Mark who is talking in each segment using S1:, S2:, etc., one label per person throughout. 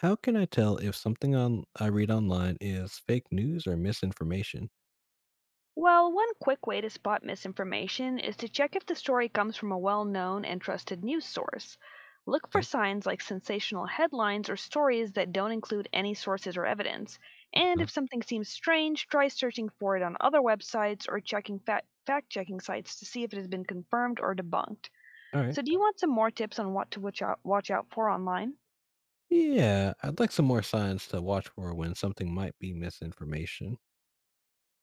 S1: How can I tell if something on I read online is fake news or misinformation?
S2: Well, one quick way to spot misinformation is to check if the story comes from a well known and trusted news source. Look for
S1: Okay.
S2: signs like sensational headlines or stories that don't include any sources or evidence. And
S1: Uh-huh.
S2: if something seems strange, try searching for it on other websites or checking fact checking sites to see if it has been confirmed or debunked.
S1: All right.
S2: So, do you want some more tips on what to watch out for online?
S1: Yeah, I'd like some more signs to watch for when something might be misinformation.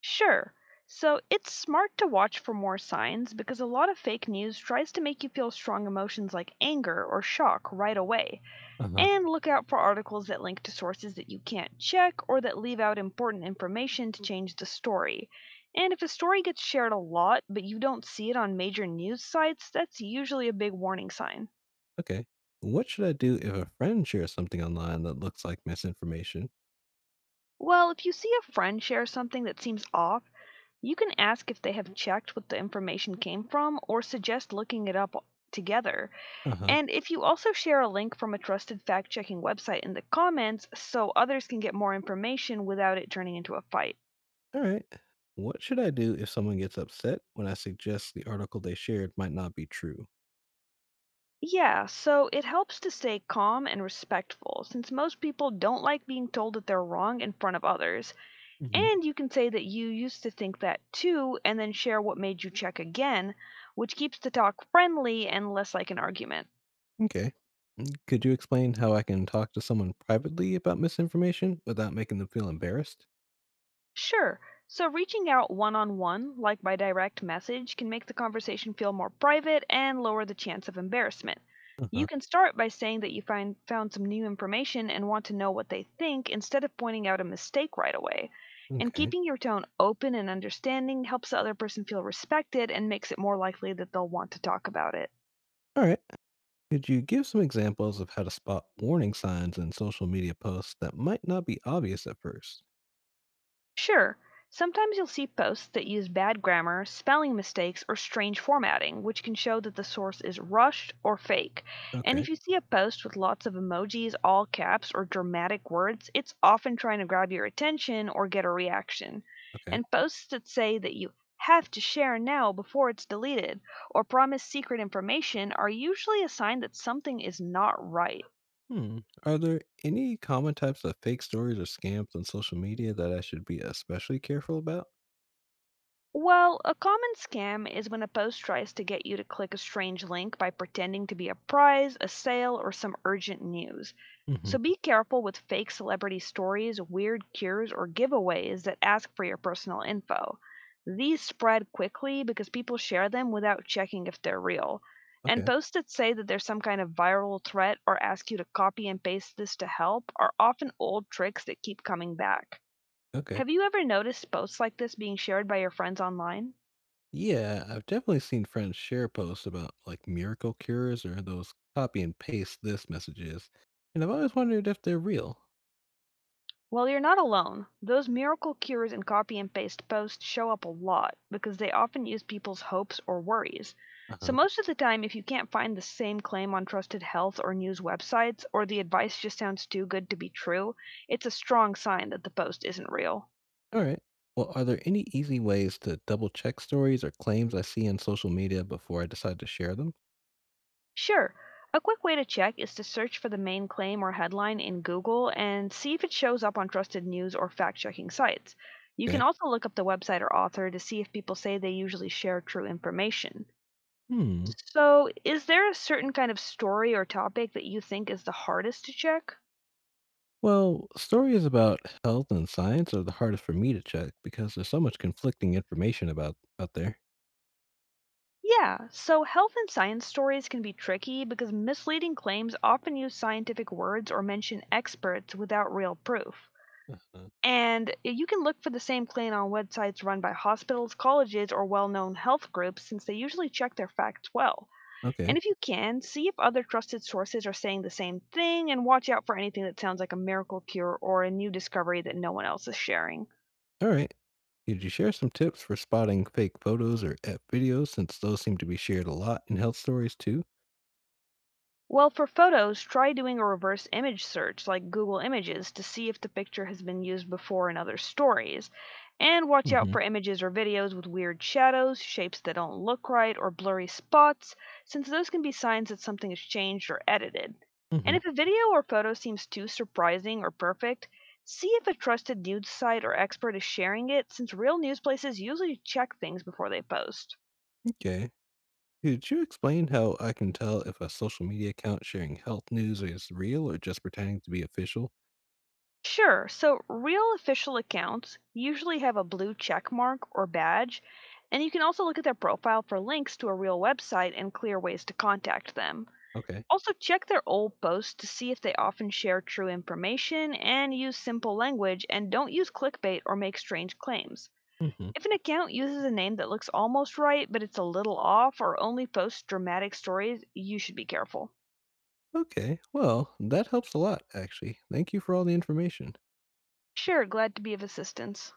S2: Sure. So it's smart to watch for more signs because a lot of fake news tries to make you feel strong emotions like anger or shock right away.
S1: Uh huh.
S2: And look out for articles that link to sources that you can't check or that leave out important information to change the story. And if a story gets shared a lot but you don't see it on major news sites, that's usually a big warning sign.
S1: Okay. What should I do if a friend shares something online that looks like misinformation?
S2: Well, if you see a friend share something that seems off, you can ask if they have checked what the information came from or suggest looking it up together.
S1: Uh huh.
S2: And if you also share a link from a trusted fact checking website in the comments so others can get more information without it turning into a fight.
S1: All right. What should I do if someone gets upset when I suggest the article they shared might not be true?
S2: Yeah, so it helps to stay calm and respectful since most people don't like being told that they're wrong in front of others.
S1: Hmm.
S2: And you can say that you used to think that too, and then share what made you check again, which keeps the talk friendly and less like an argument.
S1: Okay. Could you explain how I can talk to someone privately about misinformation without making them feel embarrassed?
S2: Sure, so reaching out one on one, like by direct message, can make the conversation feel more private and lower the chance of embarrassment.
S1: Uh-huh.
S2: You can start by saying that you found some new information and want to know what they think instead of pointing out a mistake right away. And
S1: Okay.
S2: keeping your tone open and understanding helps the other person feel respected and makes it more likely that they'll want to talk about it.
S1: All right. Could you give some examples of how to spot warning signs in social media posts that might not be obvious at first?
S2: Sure, sometimes you'll see posts that use bad grammar, spelling mistakes, or strange formatting, which can show that the source is rushed or fake. And
S1: Okay.
S2: if you see a post with lots of emojis, all caps, or dramatic words, it's often trying to grab your attention or get a reaction.
S1: Okay.
S2: And posts that say that you have to share now before it's deleted or promise secret information are usually a sign that something is not right.
S1: Hmm. Are there any common types of fake stories or scams on social media that I should be especially careful about?
S2: Well, a common scam is when a post tries to get you to click a strange link by pretending to be a prize, a sale, or some urgent news.
S1: Mm-hmm.
S2: So be careful with fake celebrity stories, weird cures, or giveaways that ask for your personal info. These spread quickly because people share them without checking if they're real. And
S1: Okay.
S2: posts that say that there's some kind of viral threat or ask you to copy and paste this to help are often old tricks that keep coming back.
S1: Okay.
S2: Have you ever noticed posts like this being shared by your friends online?
S1: Yeah, I've definitely seen friends share posts about miracle cures or those copy and paste this messages, and I've always wondered if they're real.
S2: Well, you're not alone. Those miracle cures and copy and paste posts show up a lot because they often use people's hopes or worries.
S1: Uh
S2: So,
S1: huh.
S2: most of the time, if you can't find the same claim on trusted health or news websites, or the advice just sounds too good to be true, it's a strong sign that the post isn't real.
S1: All right. Well, are there any easy ways to double check stories or claims I see on social media before I decide to share them?
S2: Sure. A quick way to check is to search for the main claim or headline in Google and see if it shows up on trusted news or fact checking sites. You can
S1: Okay.
S2: also look up the website or author to see if people say they usually share true information.
S1: Hmm.
S2: So, is there a certain kind of story or topic that you think is the hardest to check?
S1: Well, stories about health and science are the hardest for me to check because there's so much conflicting information about out there.
S2: Yeah, so health and science stories can be tricky because misleading claims often use scientific words or mention experts without real proof.
S1: Uh-huh.
S2: And you can look for the same claim on websites run by hospitals, colleges, or well known health groups since they usually check their facts well.
S1: Okay.
S2: And if you can, see if other trusted sources are saying the same thing and watch out for anything that sounds like a miracle cure or a new discovery that no one else is sharing.
S1: All right. Could you share some tips for spotting fake photos or app videos since those seem to be shared a lot in health stories too?
S2: Well, for photos, try doing a reverse image search like Google Images to see if the picture has been used before in other stories. And watch out
S1: Mm-hmm.
S2: for images or videos with weird shadows, shapes that don't look right, or blurry spots, since those can be signs that something is changed or edited. And
S1: Mm-hmm.
S2: if a video or photo seems too surprising or perfect, see if a trusted news site or expert is sharing it, since real news places usually check things before they post.
S1: Okay. Could you explain how I can tell if a social media account sharing health news is real or just pretending to be official?
S2: Sure. So real official accounts usually have a blue check mark or badge, and you can also look at their profile for links to a real website and clear ways to contact them.
S1: Okay.
S2: Also, check their old posts to see if they often share true information and use simple language and don't use clickbait or make strange claims.
S1: Hmm.
S2: If an account uses a name that looks almost right but it's a little off or only posts dramatic stories, you should be careful.
S1: Okay. Well, that helps a lot, actually. Thank you for all the information.
S2: Sure, glad to be of assistance.